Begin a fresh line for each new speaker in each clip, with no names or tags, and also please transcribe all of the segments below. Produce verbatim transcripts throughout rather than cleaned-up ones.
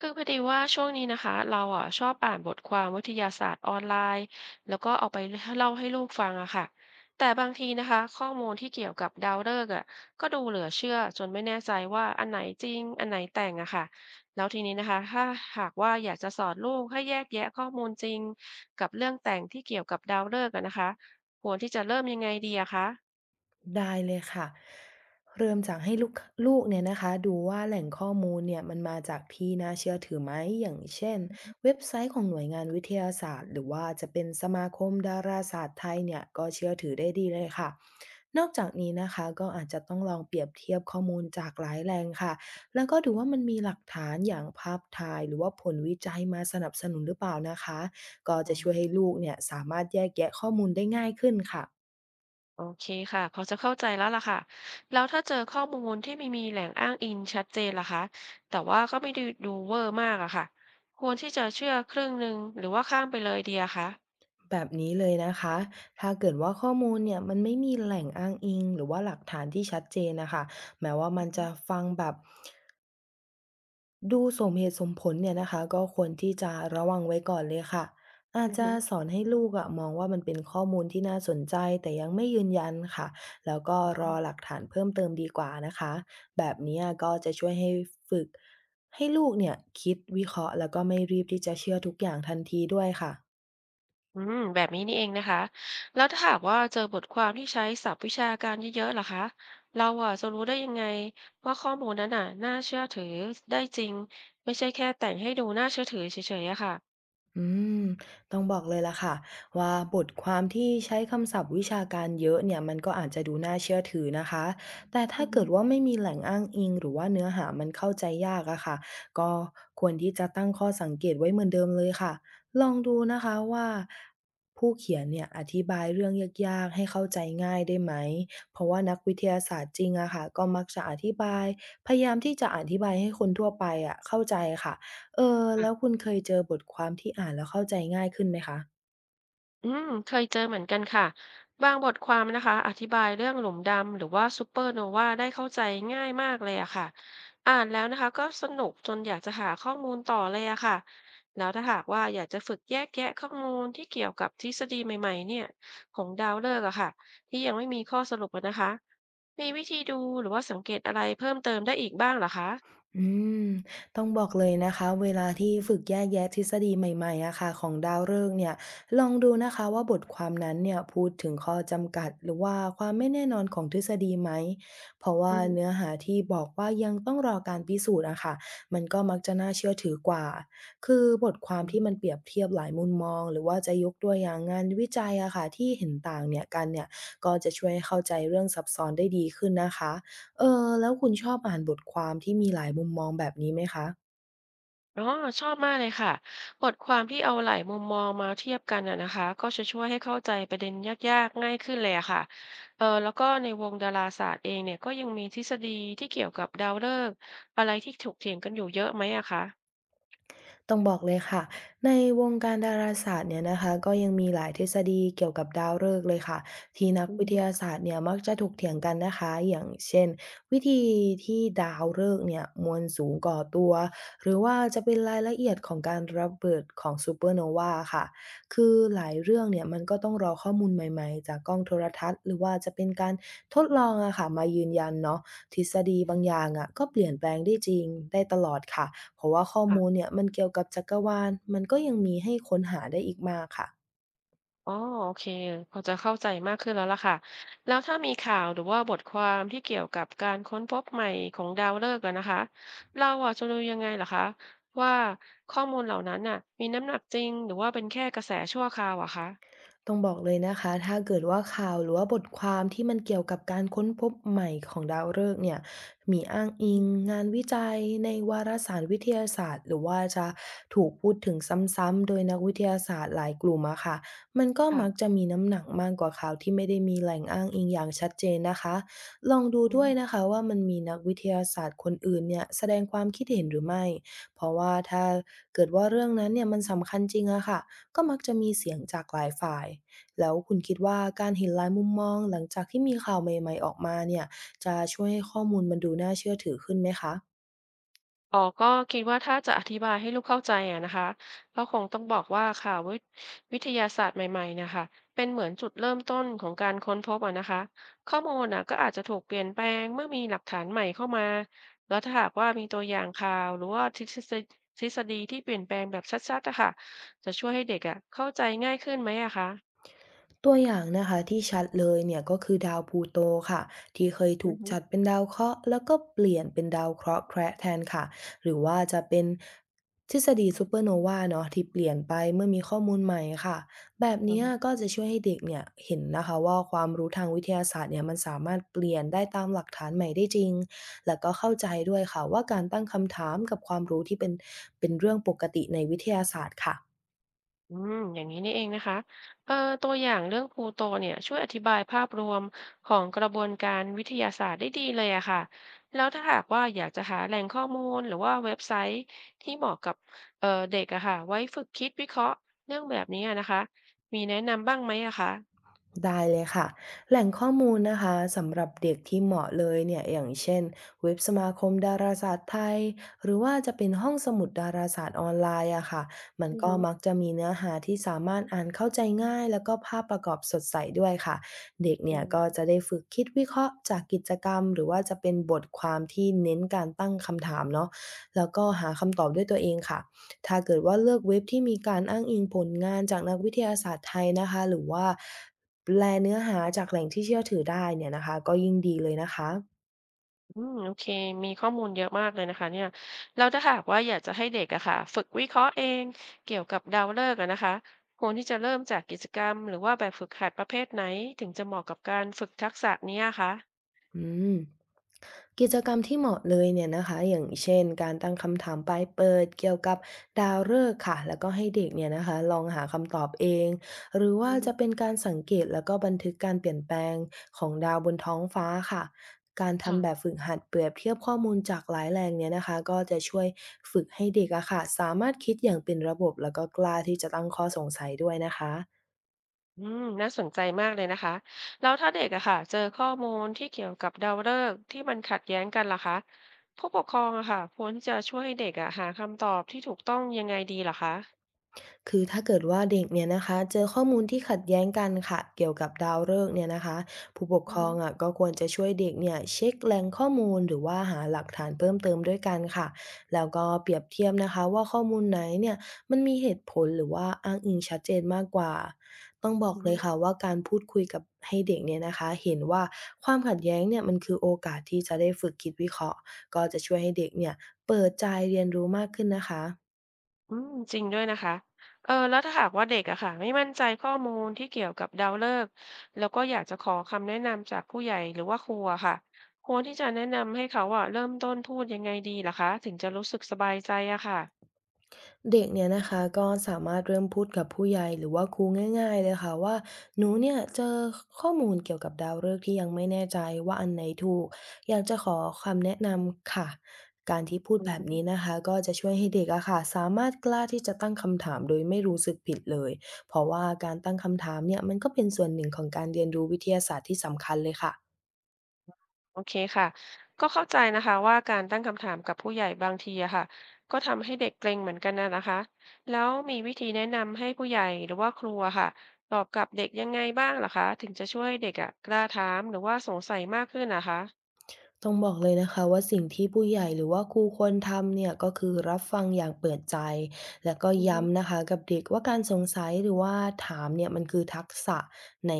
คือพอดีว่าช่วงนี้นะคะเราอ่ะชอบอ่านบทความวิทยาศาสตร์ออนไลน์แล้วก็เอาไปเล่าให้ลูกฟังอะค่ะแต่บางทีนะคะข้อมูลที่เกี่ยวกับดาวฤกษ์อะก็ดูเหลือเชื่อจนไม่แน่ใจว่าอันไหนจริงอันไหนแต่งอะค่ะแล้วทีนี้นะคะถ้าหากว่าอยากจะสอนลูกให้แยกแยะข้อมูลจริงกับเรื่องแต่งที่เกี่ยวกับดาวฤกษ์อะนะคะควรที่จะเริ่มยังไงดีอะคะ
ได้เลยค่ะเริ่มจากให้ลูกลูกเนี่ยนะคะดูว่าแหล่งข้อมูลเนี่ยมันมาจากที่น่าเชื่อถือไหมอย่างเช่นเว็บไซต์ของหน่วยงานวิทยาศาสตร์หรือว่าจะเป็นสมาคมดาราศาสตร์ไทยเนี่ยก็เชื่อถือได้ดีเลยค่ะนอกจากนี้นะคะก็อาจจะต้องลองเปรียบเทียบข้อมูลจากหลายแหล่งค่ะแล้วก็ดูว่ามันมีหลักฐานอย่างภาพถ่ายหรือว่าผลวิจัยมาสนับสนุนหรือเปล่านะคะก็
อื
จะช่วย
ม
ให้ลูกเนี่ยสามารถแยกแยะข้อมูลได้ง่ายขึ้นค่ะ
โอเคค่ะพอจะเข้าใจแล้วล่ะค่ะแล้วถ้าเจอข้อมูลที่ไม่มีแหล่งอ้างอิงชัดเจนล่ะคะแต่ว่าก็ไม่ได้ดูเวอร์มากอะค่ะควรที่จะเชื่อครึ่งหนึ่งหรือว่าข้ามไปเลยดีอะคะ
แบบนี้เลยนะคะ ถ้าเกิดว่าข้อมูลเนี่ยมันไม่มีแหล่งอ้างอิงหรือว่าหลักฐานที่ชัดเจนนะคะแม้ว่า
อื
มั
อ
น
ฮึ
จะฟังแบบดูสมเหตุสมผลเนี่ยนะคะก็ควรที่จะระวังไว้ก่อนเลยค่ะอาจ
อือ
จะ
ฮึ
สอนให้ลูกอะมองว่ามันเป็นข้อมูลที่น่าสนใจแต่ยังไม่ยืนยันค่ะแล้วก็
อื
รอ
ม
หลักฐานเพิ่มเติมดีกว่านะคะ แบบนี้ก็จะช่วยให้ฝึกให้ลูกเนี่ยคิดวิเคราะห์แล้วก็ไม่รีบที่จะเชื่อทุกอย่างทันทีด้วยค่ะ
อืมแบบนี้นี่เองนะคะแล้วถ้าหากว่าเจอบทความที่ใช้ศัพท์วิชาการเยอะๆล่ะคะเราอะจะรู้ได้ยังไงว่าข้อมูลนั้นน่ะน่าเชื่อถือได้จริงไม่ใช่แค่แต่งให้ดูน่าเชื่อถือเฉยๆอะค่ะ
อืมต้องบอกเลยล่ะค่ะว่าบทความที่ใช้คำศัพท์วิชาการเยอะเนี่ยมันก็อาจจะดูน่าเชื่อถือนะคะแต่ถ้า
อือฮึ
เกิดว่าไม่มีแหล่งอ้างอิงหรือว่าเนื้อหามันเข้าใจยากอะค่ะก็ควรที่จะตั้งข้อสังเกตไว้เหมือนเดิมเลยค่ะลองดูนะคะว่าผู้เขียนเนี่ยอธิบายเรื่องยากๆให้เข้าใจง่ายได้ไหมเพราะว่านักวิทยาศาสตร์จริงอะค่ะก็มักจะอธิบายพยายามที่จะอธิบายให้คนทั่วไปอะเข้าใจค่ะ เออแล้วคุณเคยเจอบทความที่อ่านแล้วเข้าใจง่ายขึ้นไหมคะ
อืมเคยเจอเหมือนกันค่ะบางบทความนะคะอธิบายเรื่องหลุมดำหรือว่าซูเปอร์โนวาได้เข้าใจง่ายมากเลยอะค่ะอ่านแล้วนะคะก็สนุกจนอยากจะหาข้อมูลต่อเลยอะค่ะแล้วถ้าหากว่าอยากจะฝึกแยกแยะข้อมูลที่เกี่ยวกับทฤษฎีใหม่ๆเนี่ยของดาวฤกษ์อะค่ะที่ยังไม่มีข้อสรุปอะนะคะมีวิธีดูหรือว่าสังเกตอะไรเพิ่มเติมได้อีกบ้างเหรอคะ
อืมต้องบอกเลยนะคะเวลาที่ฝึกแยกแยะทฤษฎีใหม่ๆอะค่ะของดาวฤกษ์เนี่ยลองดูนะคะว่าบทความนั้นเนี่ยพูดถึงข้อจำกัดหรือว่าความไม่แน่นอนของทฤษฎีไหมเพราะว่าเนื้
อื
อหาที่บอกว่ายังต้องรอการพิสูจน์อะค่ะมันก็มักจะน่าเชื่อถือกว่าคือบทความที่มัน
ม
เปรียบเทียบหลายมุมมองหรือว่าจะยกตัวอย่างงานวิจัยอะค่ะที่เห็นต่างเนี่ยกันเนี่ยก็จะช่วยให้เข้าใจเรื่องซับซ้อนได้ดีขึ้นนะคะ เออแล้วคุณชอบอ่านบทความที่มีหลายมุมมองแบบนี้ไหมคะ
อ๋อชอบมากเลยค่ะบทความที่เอาหลายมุมมองมาเทียบกันน่ะนะคะก็จะช่วยให้เข้าใจประเด็นยากๆง่ายขึ้นเลยอะค่ะเออแล้วก็ในวงดาราศาสตร์เองเนี่ยก็ยังมีทฤษฎีที่เกี่ยวกับดาวฤกษ์อะไรที่ถกเถียงกันอยู่เยอะไหมอะคะ
ต้องบอกเลยค่ะในวงการดาราศาสตร์เนี่ยนะคะก็ยังมีหลายทฤษฎีเกี่ยวกับดาวฤกษ์เลยค่ะที่นัก
อือ
วิ
ฮึ
ทยาศาสตร์เนี่ยมักจะถกเถียงกันนะคะอย่างเช่นวิธีที่ดาวฤกษ์เนี่ยมวลสูงก่อตัวหรือว่าจะเป็นรายละเอียดของการระเบิดของซูเปอร์โนวาค่ะคือหลายเรื่องเนี่ยมันก็ต้องรอข้อมูลใหม่ๆจากกล้องโทรทัศน์หรือว่าจะเป็นการทดลองอะค่ะมายืนยันเนาะทฤษฎีบางอย่างอะก็เปลี่ยนแปลงได้จริงได้ตลอดค่ะ เพราะว่าข้อ
ค่ะ
มูลเนี่ยมันเกี่ยวกับจักรวาลมันก็ยังมีให้ค้นหาได้อีกมากค่ะ
อ๋อโอเคพอจะเข้าใจมากขึ้นแล้วล่ะค่ะแล้วถ้ามีข่าวหรือว่าบทความที่เกี่ยวกับการค้นพบใหม่ของดาวฤกษ์อะนะคะเราอะจะดูยังไงล่ะคะว่าข้อมูลเหล่านั้นน่ะมีน้ำหนักจริงหรือว่าเป็นแค่กระแสชั่วคราวอะคะ
ต้องบอกเลยนะคะถ้าเกิดว่าข่าวหรือว่าบทความที่มันเกี่ยวกับการค้นพบใหม่ของดาวฤกษ์เนี่ยมีอ้างอิ
อื
ง
อ
งานวิจัยในวารสารวิทยาศาสตร์หรือว่าจะถูกพูดถึงซ้ำๆโดยนักวิทยาศาสตร์หลายกลุ่มอะค่ะมันก็มัก
ค่ะ
จะมีน้ำหนักมากกว่าข่าวที่ไม่ได้มีแหล่งอ้างอิงอย่างชัดเจนนะคะลองดู
อื
ด้วย
ม
นะคะว่ามันมีนักวิทยาศาสตร์คนอื่นเนี่ยแสดงความคิดเห็นหรือไม่เพราะว่าถ้าเกิดว่าเรื่องนั้นเนี่ยมันสำคัญจริงอะค่ะ ก็มักจะมีเสียงจากหลายฝ่าย แล้วคุณคิดว่าการเห็นหลายมุมมองหลังจากที่มีข่าวใหม่ๆออกมาเนี่ยจะช่วยให้ข้อมูลมันดูน่าเชื่อถือขึ้นไหมคะ
อ๋อก็คิดว่าถ้าจะอธิบายให้ลูกเข้าใจอะนะคะก็คงต้องบอกว่าค่ะวิทวิทยาศาสตร์ใหม่ๆเนะยคะเป็นเหมือนจุดเริ่มต้นของการค้นพบอะนะคะข้อมูลน่ะก็อาจจะถูกเปลี่ยนแปลงเมื่อมีหลักฐานใหม่เข้ามาแล้วถ้าหากว่ามีตัวอย่างข่าวหรือว่าทฤษฎีทฤษฎีที่เปลี่ยนแปลงแบบชัดๆอะค่ะจะช่วยให้เด็กอะเข้าใจง่ายขึ้นไหมอะคะ
ตัวอย่างนะคะที่ชัดเลยเนี่ยก็คือดาวพลูโตค่ะที่เคย
อื
ถู
อ
ก
ฮ
จัดเป็นดาวเคราะห์แล้วก็เปลี่ยนเป็นดาวเคราะห์แคระแทนค่ะหรือว่าจะเป็นทฤษฎีซูเปอร์โนวาเนาะที่เปลี่ยนไปเมื่อมีข้อมูลใหม่ค่ะแบบ
ึ
เนี้ยก็จะช่วยให้เด็กเนี่ยเห็นนะคะว่าความรู้ทางวิทยาศาสตร์เนี่ยมันสามารถเปลี่ยนได้ตามหลักฐานใหม่ได้จริงแล้วก็เข้าใจด้วยค่ะว่าการตั้งคำถามกับความรู้ที่เป็นเป็นเรื่องปกติในวิทยาศาสตร์ค่ะ
อืมอย่างนี้นี่เองนะคะเอ่อตัวอย่างเรื่องพลูโตเนี่ยช่วยอธิบายภาพรวมของกระบวนการวิทยาศาสตร์ได้ดีเลยอะค่ะแล้วถ้าหากว่าอยากจะหาแหล่งข้อมูลหรือว่าเว็บไซต์ที่เหมาะกับเอ่อเด็กอะค่ะไว้ฝึกคิดวิเคราะห์เรื่องแบบนี้อะนะคะมีแนะนำบ้างไหมอะคะ
ได้เลยค่ะแหล่งข้อมูลนะคะสำหรับเด็กที่เหมาะเลยเนี่ยอย่างเช่นเว็บสมาคมดาราศาสตร์ไทยหรือว่าจะเป็นห้องสมุดดาราศาสตร์ออนไลน์อะค่ะมัน
อือ
ก็
ฮึ
มักจะมีเนื้อหาที่สามารถอ่านเข้าใจง่ายแล้วก็ภาพประกอบสดใสด้วยค่ะเด็ก
อื
เนี่ยก็
ม
จะได้ฝึกคิดวิเคราะห์จากกิจกรรมหรือว่าจะเป็นบทความที่เน้นการตั้งคำถามเนาะแล้วก็หาคำตอบด้วยตัวเองค่ะถ้าเกิดว่าเลือกเว็บที่มีการอ้างอิงผลงานจากนักวิทยาศาสตร์ไทยนะคะหรือว่า แปลเนื้อหาจากแหล่งที่เชื่อถือได้เนี่ยนะคะก็ยิ่งดีเลยนะคะ
อืมโอเคมีข้อมูลเยอะมากเลยนะคะเนี่ยแล้วถ้าหากว่าอยากจะให้เด็กอะค่ะฝึกวิเคราะห์เองเกี่ยวกับดาวฤกษ์อะนะคะควรที่จะเริ่มจากกิจกรรมหรือว่าแบบฝึกหัดประเภทไหนถึงจะเหมาะกับการฝึกทักษะเนี้ยคะ
อืมกิจกรรมที่เหมาะเลยเนี่ยนะคะอย่างเช่นการตั้งคำถามปลายเปิดเกี่ยวกับดาวฤกษ์ค่ะแล้วก็ให้เด็กเนี่ยนะคะลองหาคำตอบเองหรือ
อื
ว่าจะ
ม
เป็นการสังเกตแล้วก็บันทึกการเปลี่ยนแปลงของดาวบนท้องฟ้าค่ะการ
ค่ะ
ทำแบบฝึกหัดเปรียบเทียบข้อมูลจากหลายแหล่งเนี่ยนะคะก็จะช่วยฝึกให้เด็กอะค่ะสามารถคิดอย่างเป็นระบบแล้วก็กล้าที่จะตั้งข้อสงสัยด้วยนะคะ
อืมน่าสนใจมากเลยนะคะแล้วถ้าเด็กอะค่ะเจอข้อมูลที่เกี่ยวกับดาวฤกษ์ที่มันขัดแย้งกันล่ะคะผู้ปกครองอะค่ะควรที่จะช่วยให้เด็กอะหาคำตอบที่ถูกต้องยังไงดีล่ะคะ
คือถ้าเกิดว่าเด็กเนี่ยนะคะเจอข้อมูลที่ขัดแย้งกันค่ะเกี่ยวกับดาวฤกษ์เนี่ยนะคะผู้ปกครอง
อื
อ่ะก็ควรจะช่วยเด็กเนี่ยเช็คแหล่งข้อมูลหรือว่าหาหลักฐานเพิ่มเติมด้วยกันค่ะแล้วก็เปรียบเทียบนะคะว่าข้อมูลไหนเนี่ยมันมีเหตุผลหรือว่าอ้างอิงชัดเจนมากกว่าต้องบอกเลย
ม
ค่ะว่าการพูดคุยกับให้เด็กเนี่ยนะคะเห็นว่าความขัดแย้งเนี่ยมันคือโอกาสที่จะได้ฝึกคิดวิเคราะห์ก็จะช่วยให้เด็กเนี่ยเปิดใจเรียนรู้มากขึ้นนะคะ
อืมจริงด้วยนะคะเออแล้วถ้าหากว่าเด็กอะค่ะไม่มั่นใจข้อมูลที่เกี่ยวกับดาวฤกษ์แล้วก็อยากจะขอคำแนะนำจากผู้ใหญ่หรือว่าครูอะค่ะควรที่จะแนะนำให้เขาอะเริ่มต้นพูดยังไงดีล่ะคะถึงจะรู้สึกสบายใจอะค่ะ
เด็กเนี่ยนะคะก็สามารถเริ่มพูดกับผู้ใหญ่หรือว่าครูง่ายๆเลยค่ะว่าหนูเนี่ยเจอข้อมูลเกี่ยวกับดาวฤกษ์ที่ยังไม่แน่ใจว่าอันไหนถูกอยากจะขอคำแนะนำค่ะการที่พูด
อื
แบบนี้
ม
นะคะก็จะช่วยให้เด็กอะค่ะสามารถกล้าที่จะตั้งคำถามโดยไม่รู้สึกผิดเลยเพราะว่าการตั้งคำถามเนี่ยมันก็เป็นส่วนหนึ่งของการเรียนรู้วิทยาศาสตร์ที่สำคัญเลยค่ะ
โอเคค่ะก็เข้าใจนะคะว่าการตั้งคำถามกับผู้ใหญ่บางทีอะค่ะก็ทำให้เด็กเกรงเหมือนกันนะนะคะแล้วมีวิธีแนะนำให้ผู้ใหญ่หรือว่าครูอะค่ะตอบกลับเด็กยังไงบ้างเหรอคะถึงจะช่วยให้เด็กอะกล้าถามหรือว่าสงสัยมากขึ้นนะคะ
ต้องบอกเลยนะคะว่าสิ่งที่ผู้ใหญ่หรือว่าครูควรทำเนี่ยก็คือรับฟังอย่างเปิดใจแล้วก็
อือฮึ
ย้ำนะคะกับเด็กว่าการสงสัยหรือว่าถามเนี่ยมันคือทักษะใน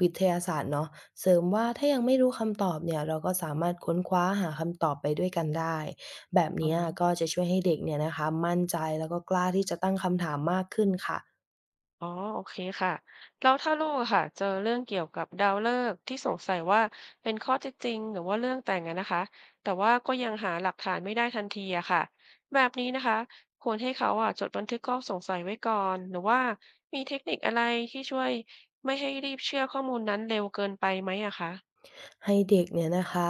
วิทยาศาสตร์เนาะเสริมว่าถ้ายังไม่รู้คำตอบเนี่ยเราก็สามารถค้นคว้าหาคำตอบไปด้วยกันได้แบบ
อ๋อ
เนี้ยก็จะช่วยให้เด็กเนี่ยนะคะมั่นใจแล้วก็กล้าที่จะตั้งคำถามมากขึ้นค่ะ
อ๋อโอเคค่ะแล้วถ้าลูกอะค่ะเจอเรื่องเกี่ยวกับดาวฤกษ์ที่สงสัยว่าเป็นข้อเท็จจริงหรือว่าเรื่องแต่งอะนะคะแต่ว่าก็ยังหาหลักฐานไม่ได้ทันทีอะค่ะแบบนี้นะคะควรให้เขาอะจดบันทึกข้อสงสัยไว้ก่อนหรือว่ามีเทคนิคอะไรที่ช่วยไม่ให้รีบเชื่อข้อมูลนั้นเร็วเกินไปไหมอะคะ
ให้เด็กเนี่ยนะคะ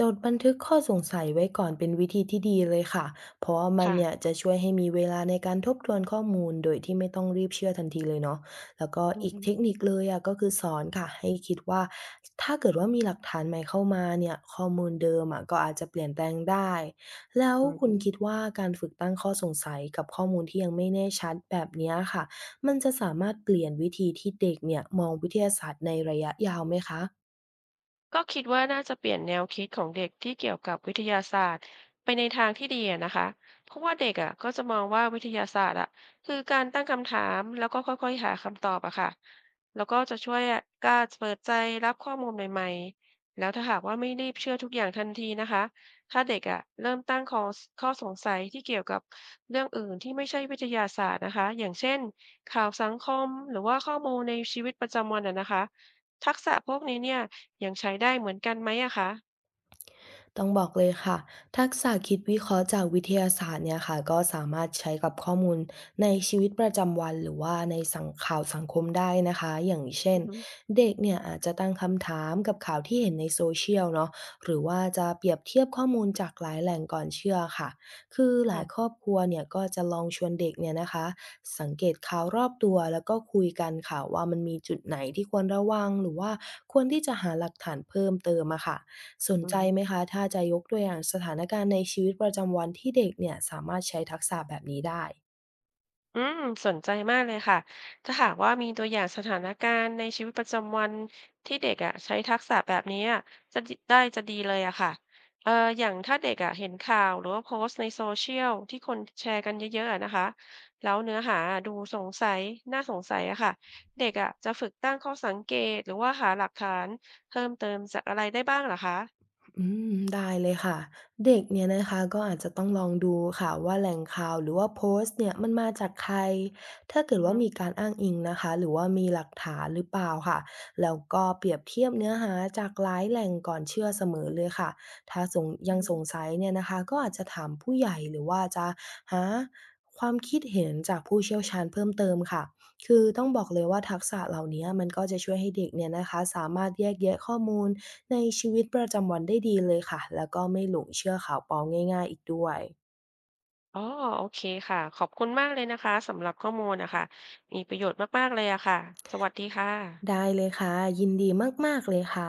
จดบันทึกข้อสงสัยไว้ก่อนเป็นวิธีที่ดีเลยค่ะเพราะว่ามัน
ค่ะ
เนี่ยจะช่วยให้มีเวลาในการทบทวนข้อมูลโดยที่ไม่ต้องรีบเชื่อทันทีเลยเนาะแล้วก็
อือ
อีก
ฮึ
เทคนิคเลยอะก็คือสอนค่ะให้คิดว่าถ้าเกิดว่ามีหลักฐานใหม่เข้ามาเนี่ยข้อมูลเดิมอะก็อาจจะเปลี่ยนแปลงได้แล้ว
อื
คุณคิ
ม
ดว่าการฝึกตั้งข้อสงสัยกับข้อมูลที่ยังไม่แน่ชัดแบบเนี้ยค่ะมันจะสามารถเปลี่ยนวิธีที่เด็กเนี่ยมองวิทยาศาสตร์ในระยะยาวไหมคะ
ก็คิดว่าน่าจะเปลี่ยนแนวคิดของเด็กที่เกี่ยวกับวิทยาศาสตร์ไปในทางที่ดีอะนะคะเพราะว่าเด็กอ่ะก็จะมองว่าวิทยาศาสตร์อ่ะคือการตั้งคำถามแล้วก็ค่อยๆหาคำตอบอะค่ะแล้วก็จะช่วยกล้าเปิดใจรับข้อมูลใหม่ๆแล้วถ้าหากว่าไม่รีบเชื่อทุกอย่างทันทีนะคะถ้าเด็กอ่ะเริ่มตั้งข้อข้อสงสัยที่เกี่ยวกับเรื่องอื่นที่ไม่ใช่วิทยาศาสตร์นะคะอย่างเช่นข่าวสังคมหรือว่าข้อมูลในชีวิตประจำวันอะนะคะ ทักษะพวกนี้เนี่ยยังใช้ได้เหมือนกันไหมอะคะ
ต้องบอกเลยค่ะทักษะคิดวิเคราะห์จากวิทยาศาสตร์เนี่ยค่ะก็สามารถใช้กับข้อมูลในชีวิตประจำวันหรือว่าในสังข่าวสังคมได้นะคะอย่างเช่
อื
น
อฮึ
เด็กเนี่ยอาจจะตั้งคำถามกับข่าวที่เห็นในโซเชียลเนาะหรือว่าจะเปรียบเทียบข้อมูลจากหลายแหล่งก่อนเชื่อค่ะคือหลายค
ค่ะ
รอบครัวเนี่ยก็จะลองชวนเด็กเนี่ยนะคะสังเกตข่าวรอบตัวแล้วก็คุยกันค่ะว่ามันมีจุดไหนที่ควรระวังหรือว่าควรที่จะหาหลักฐานเพิ่มเติมอะค่ะ สน
อือ
ใจ
ฮึ
ไหมคะถ้าจะยกตัวอย่างสถานการณ์ในชีวิตประจำวันที่เด็กเนี่ยสามารถใช้ทักษะแบบนี้ได้
อืมสนใจมากเลยค่ะ ถ้าหากว่ามีตัวอย่างสถานการณ์ในชีวิตประจำวันที่เด็กอะใช้ทักษะแบบนี้อะจะดได้จะดีเลยอะค่ะเอ่ออย่างถ้าเด็กอะเห็นข่าวหรือว่าโพสต์ในโซเชียลที่คนแชร์กันเยอะๆอะนะคะแล้วเนื้อหาดูสงสัยน่าสงสัยอะค่ะเด็กอะจะฝึกตั้งข้อสังเกตหรือว่าหาหลักฐานเพิ่มเติมจากอะไรได้บ้างเหรอคะ
อืมได้เลยค่ะเด็กเนี่ยนะคะก็อาจจะต้องลองดูค่ะว่าแหล่งข่าวหรือว่าโพสต์เนี่ยมันมาจากใครถ้าเกิ
อื
ด
อฮ
ว่ามีการอ้างอิงนะคะหรือว่ามีหลักฐานหรือเปล่าค่ะแล้วก็เปรียบเทียบเนื้อหาจากหลายแหล่งก่อนเชื่อเสมอเลยค่ะถ้าสงยังสง
ึ
สัยเนี่ยนะคะก็อาจจะถามผู้ใหญ่หรือว่าจะหาความคิดเห็นจากผู้เชี่ยวชาญเพิ่มเติมค่ะคือต้องบอกเลยว่าทักษะเหล่านี้มันก็จะช่วยให้เด็กเนี่ยนะคะสามารถแยกแยะข้อมูล ในชีวิตประจำวันได้ดีเลยค่ะ แล้วก็ไม่หลงเชื่อข่าวปลอมง่ายๆอีกด้วย
อ๋อโอเคค่ะขอบคุณมากเลยนะคะสำหรับข้อมูลนะคะมีประโยชน์มากๆเลยอะค่ะสวัสดีค่ะ
ได้เลยค่ะ ยินดีมากๆเลยค่ะ